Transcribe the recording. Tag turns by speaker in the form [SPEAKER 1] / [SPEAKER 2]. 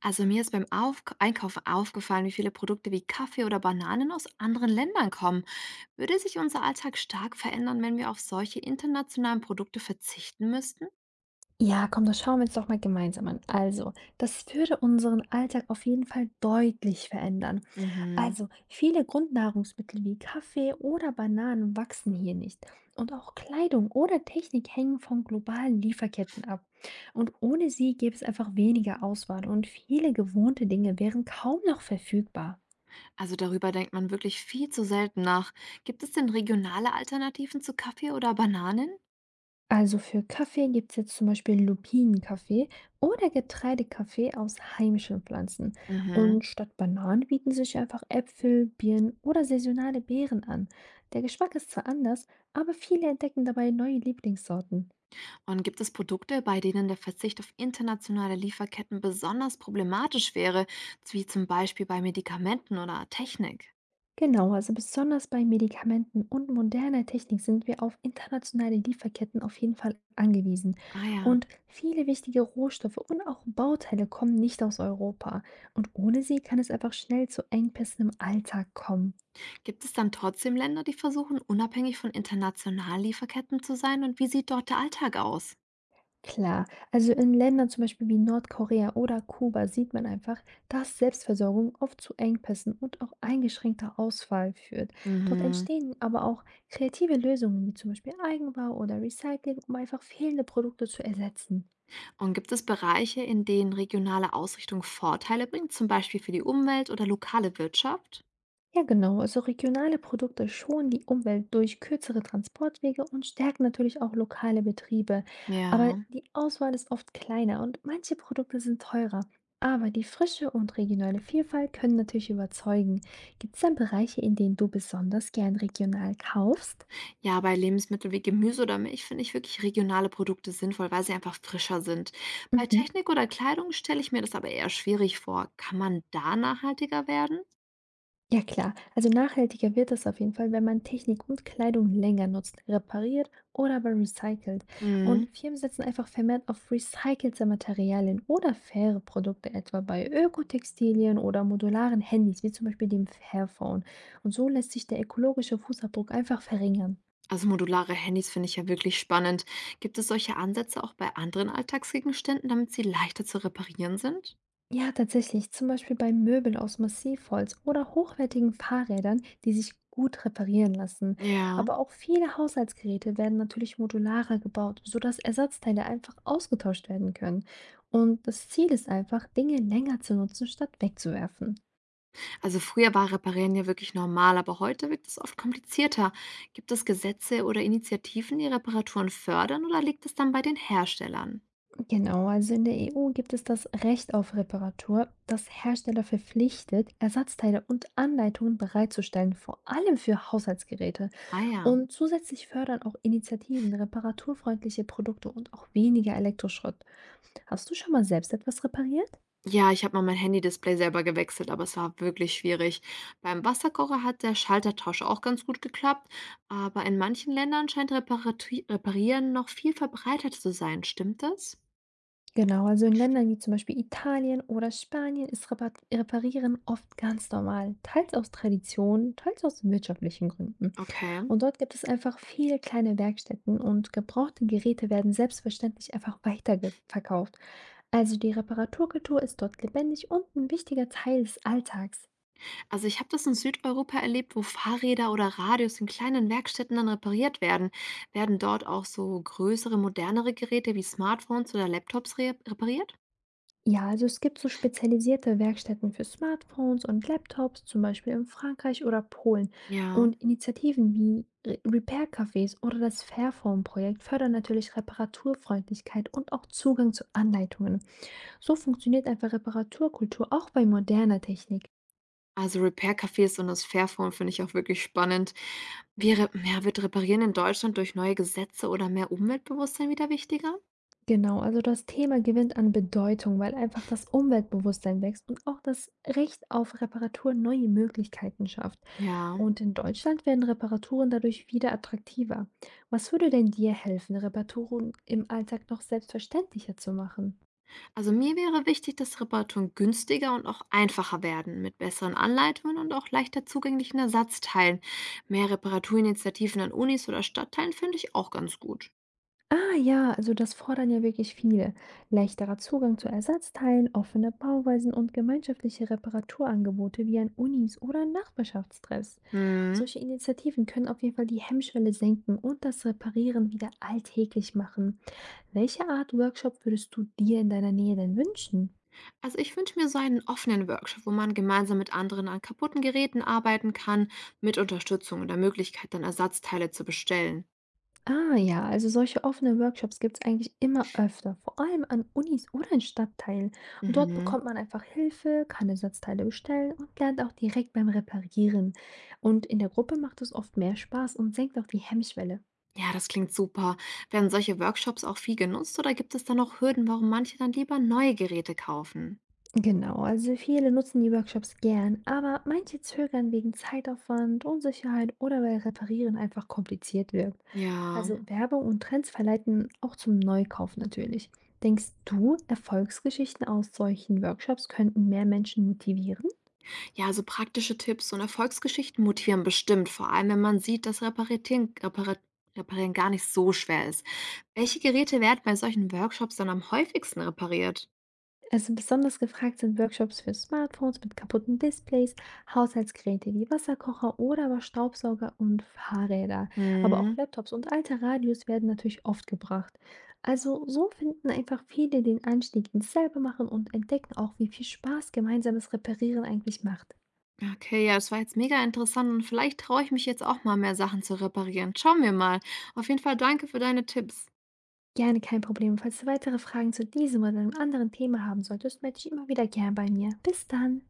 [SPEAKER 1] Also mir ist beim Auf Einkaufen aufgefallen, wie viele Produkte wie Kaffee oder Bananen aus anderen Ländern kommen. Würde sich unser Alltag stark verändern, wenn wir auf solche internationalen Produkte verzichten müssten?
[SPEAKER 2] Ja, komm, das schauen wir uns doch mal gemeinsam an. Also, das würde unseren Alltag auf jeden Fall deutlich verändern.
[SPEAKER 1] Mhm.
[SPEAKER 2] Also, viele Grundnahrungsmittel wie Kaffee oder Bananen wachsen hier nicht. Und auch Kleidung oder Technik hängen von globalen Lieferketten ab. Und ohne sie gäbe es einfach weniger Auswahl und viele gewohnte Dinge wären kaum noch verfügbar.
[SPEAKER 1] Also darüber denkt man wirklich viel zu selten nach. Gibt es denn regionale Alternativen zu Kaffee oder Bananen?
[SPEAKER 2] Also für Kaffee gibt es jetzt zum Beispiel Lupinenkaffee oder Getreidekaffee aus heimischen Pflanzen.
[SPEAKER 1] Mhm.
[SPEAKER 2] Und statt Bananen bieten sich einfach Äpfel, Birnen oder saisonale Beeren an. Der Geschmack ist zwar anders, aber viele entdecken dabei neue Lieblingssorten.
[SPEAKER 1] Und gibt es Produkte, bei denen der Verzicht auf internationale Lieferketten besonders problematisch wäre, wie zum Beispiel bei Medikamenten oder Technik?
[SPEAKER 2] Genau, also besonders bei Medikamenten und moderner Technik sind wir auf internationale Lieferketten auf jeden Fall angewiesen.
[SPEAKER 1] Ah ja.
[SPEAKER 2] Und viele wichtige Rohstoffe und auch Bauteile kommen nicht aus Europa. Und ohne sie kann es einfach schnell zu Engpässen im Alltag kommen.
[SPEAKER 1] Gibt es dann trotzdem Länder, die versuchen, unabhängig von internationalen Lieferketten zu sein? Und wie sieht dort der Alltag aus?
[SPEAKER 2] Klar, also in Ländern zum Beispiel wie Nordkorea oder Kuba sieht man einfach, dass Selbstversorgung oft zu Engpässen und auch eingeschränkter Auswahl führt. Dort
[SPEAKER 1] Mhm.
[SPEAKER 2] entstehen aber auch kreative Lösungen wie zum Beispiel Eigenbau oder Recycling, um einfach fehlende Produkte zu ersetzen.
[SPEAKER 1] Und gibt es Bereiche, in denen regionale Ausrichtung Vorteile bringt, zum Beispiel für die Umwelt oder lokale Wirtschaft?
[SPEAKER 2] Ja, genau. Also regionale Produkte schonen die Umwelt durch kürzere Transportwege und stärken natürlich auch lokale Betriebe. Aber
[SPEAKER 1] Ja.
[SPEAKER 2] die Auswahl ist oft kleiner und manche Produkte sind teurer. Aber die frische und regionale Vielfalt können natürlich überzeugen. Gibt es denn Bereiche, in denen du besonders gern regional kaufst?
[SPEAKER 1] Ja, bei Lebensmitteln wie Gemüse oder Milch finde ich wirklich regionale Produkte sinnvoll, weil sie einfach frischer sind. Bei
[SPEAKER 2] Mhm.
[SPEAKER 1] Technik oder Kleidung stelle ich mir das aber eher schwierig vor. Kann man da nachhaltiger werden?
[SPEAKER 2] Ja klar, also nachhaltiger wird es auf jeden Fall, wenn man Technik und Kleidung länger nutzt, repariert oder aber recycelt. Und
[SPEAKER 1] Mhm.
[SPEAKER 2] Firmen setzen einfach vermehrt auf recycelte Materialien oder faire Produkte, etwa bei Ökotextilien oder modularen Handys, wie zum Beispiel dem Fairphone. Und so lässt sich der ökologische Fußabdruck einfach verringern.
[SPEAKER 1] Also modulare Handys finde ich ja wirklich spannend. Gibt es solche Ansätze auch bei anderen Alltagsgegenständen, damit sie leichter zu reparieren sind?
[SPEAKER 2] Ja, tatsächlich. Zum Beispiel bei Möbeln aus Massivholz oder hochwertigen Fahrrädern, die sich gut reparieren lassen.
[SPEAKER 1] Ja.
[SPEAKER 2] Aber auch viele Haushaltsgeräte werden natürlich modularer gebaut, sodass Ersatzteile einfach ausgetauscht werden können. Und das Ziel ist einfach, Dinge länger zu nutzen, statt wegzuwerfen.
[SPEAKER 1] Also früher war Reparieren ja wirklich normal, aber heute wirkt es oft komplizierter. Gibt es Gesetze oder Initiativen, die Reparaturen fördern oder liegt es dann bei den Herstellern?
[SPEAKER 2] Genau, also in der EU gibt es das Recht auf Reparatur, das Hersteller verpflichtet, Ersatzteile und Anleitungen bereitzustellen, vor allem für Haushaltsgeräte.
[SPEAKER 1] Ah ja.
[SPEAKER 2] Und zusätzlich fördern auch Initiativen reparaturfreundliche Produkte und auch weniger Elektroschrott. Hast du schon mal selbst etwas repariert?
[SPEAKER 1] Ja, ich habe mal mein Handy-Display selber gewechselt, aber es war wirklich schwierig. Beim Wasserkocher hat der Schaltertausch auch ganz gut geklappt, aber in manchen Ländern scheint Reparati Reparieren noch viel verbreiteter zu sein. Stimmt das?
[SPEAKER 2] Genau, also in Ländern wie zum Beispiel Italien oder Spanien ist Reparieren oft ganz normal. Teils aus Tradition, teils aus wirtschaftlichen Gründen.
[SPEAKER 1] Okay.
[SPEAKER 2] Und dort gibt es einfach viele kleine Werkstätten und gebrauchte Geräte werden selbstverständlich einfach weiterverkauft. Also die Reparaturkultur ist dort lebendig und ein wichtiger Teil des Alltags.
[SPEAKER 1] Also ich habe das in Südeuropa erlebt, wo Fahrräder oder Radios in kleinen Werkstätten dann repariert werden. Werden dort auch so größere, modernere Geräte wie Smartphones oder Laptops re repariert?
[SPEAKER 2] Ja, also es gibt so spezialisierte Werkstätten für Smartphones und Laptops, zum Beispiel in Frankreich oder Polen.
[SPEAKER 1] Ja.
[SPEAKER 2] Und Initiativen wie Repair-Cafés oder das Fairphone-Projekt fördern natürlich Reparaturfreundlichkeit und auch Zugang zu Anleitungen. So funktioniert einfach Reparaturkultur auch bei moderner Technik.
[SPEAKER 1] Also Repair-Cafés und das Fairphone finde ich auch wirklich spannend. Wird Reparieren in Deutschland durch neue Gesetze oder mehr Umweltbewusstsein wieder wichtiger?
[SPEAKER 2] Genau, also das Thema gewinnt an Bedeutung, weil einfach das Umweltbewusstsein wächst und auch das Recht auf Reparatur neue Möglichkeiten schafft.
[SPEAKER 1] Ja.
[SPEAKER 2] Und in Deutschland werden Reparaturen dadurch wieder attraktiver. Was würde denn dir helfen, Reparaturen im Alltag noch selbstverständlicher zu machen?
[SPEAKER 1] Also mir wäre wichtig, dass Reparaturen günstiger und auch einfacher werden, mit besseren Anleitungen und auch leichter zugänglichen Ersatzteilen. Mehr Reparaturinitiativen an Unis oder Stadtteilen finde ich auch ganz gut.
[SPEAKER 2] Ah ja, also das fordern ja wirklich viele. Leichterer Zugang zu Ersatzteilen, offene Bauweisen und gemeinschaftliche Reparaturangebote wie an Unis oder Nachbarschaftstreffs.
[SPEAKER 1] Hm.
[SPEAKER 2] Solche Initiativen können auf jeden Fall die Hemmschwelle senken und das Reparieren wieder alltäglich machen. Welche Art Workshop würdest du dir in deiner Nähe denn wünschen?
[SPEAKER 1] Also ich wünsche mir so einen offenen Workshop, wo man gemeinsam mit anderen an kaputten Geräten arbeiten kann, mit Unterstützung und der Möglichkeit, dann Ersatzteile zu bestellen.
[SPEAKER 2] Ah ja, also solche offenen Workshops gibt es eigentlich immer öfter, vor allem an Unis oder in Stadtteilen. Und dort
[SPEAKER 1] Mhm.
[SPEAKER 2] bekommt man einfach Hilfe, kann Ersatzteile bestellen und lernt auch direkt beim Reparieren. Und in der Gruppe macht es oft mehr Spaß und senkt auch die Hemmschwelle.
[SPEAKER 1] Ja, das klingt super. Werden solche Workshops auch viel genutzt oder gibt es da noch Hürden, warum manche dann lieber neue Geräte kaufen?
[SPEAKER 2] Genau, also viele nutzen die Workshops gern, aber manche zögern wegen Zeitaufwand, Unsicherheit oder weil Reparieren einfach kompliziert wirkt.
[SPEAKER 1] Ja,
[SPEAKER 2] Also Werbung und Trends verleiten auch zum Neukauf natürlich. Denkst du, Erfolgsgeschichten aus solchen Workshops könnten mehr Menschen motivieren?
[SPEAKER 1] ja, also praktische Tipps und Erfolgsgeschichten motivieren bestimmt, vor allem wenn man sieht, dass Reparieren gar nicht so schwer ist. Welche Geräte werden bei solchen Workshops dann am häufigsten repariert?
[SPEAKER 2] Also besonders gefragt sind Workshops für Smartphones mit kaputten Displays, Haushaltsgeräte wie Wasserkocher oder aber Staubsauger und Fahrräder. Aber auch
[SPEAKER 1] Hm.
[SPEAKER 2] Laptops und alte Radios werden natürlich oft gebracht. Also so finden einfach viele den Anstieg, ins selber machen und entdecken auch, wie viel Spaß gemeinsames Reparieren eigentlich macht.
[SPEAKER 1] Okay, ja, das war jetzt mega interessant und vielleicht traue ich mich jetzt auch mal mehr Sachen zu reparieren. Schauen wir mal. Auf jeden Fall danke für deine Tipps.
[SPEAKER 2] Gerne kein Problem. Falls du weitere Fragen zu diesem oder einem anderen Thema haben solltest, melde dich immer wieder gern bei mir. Bis dann!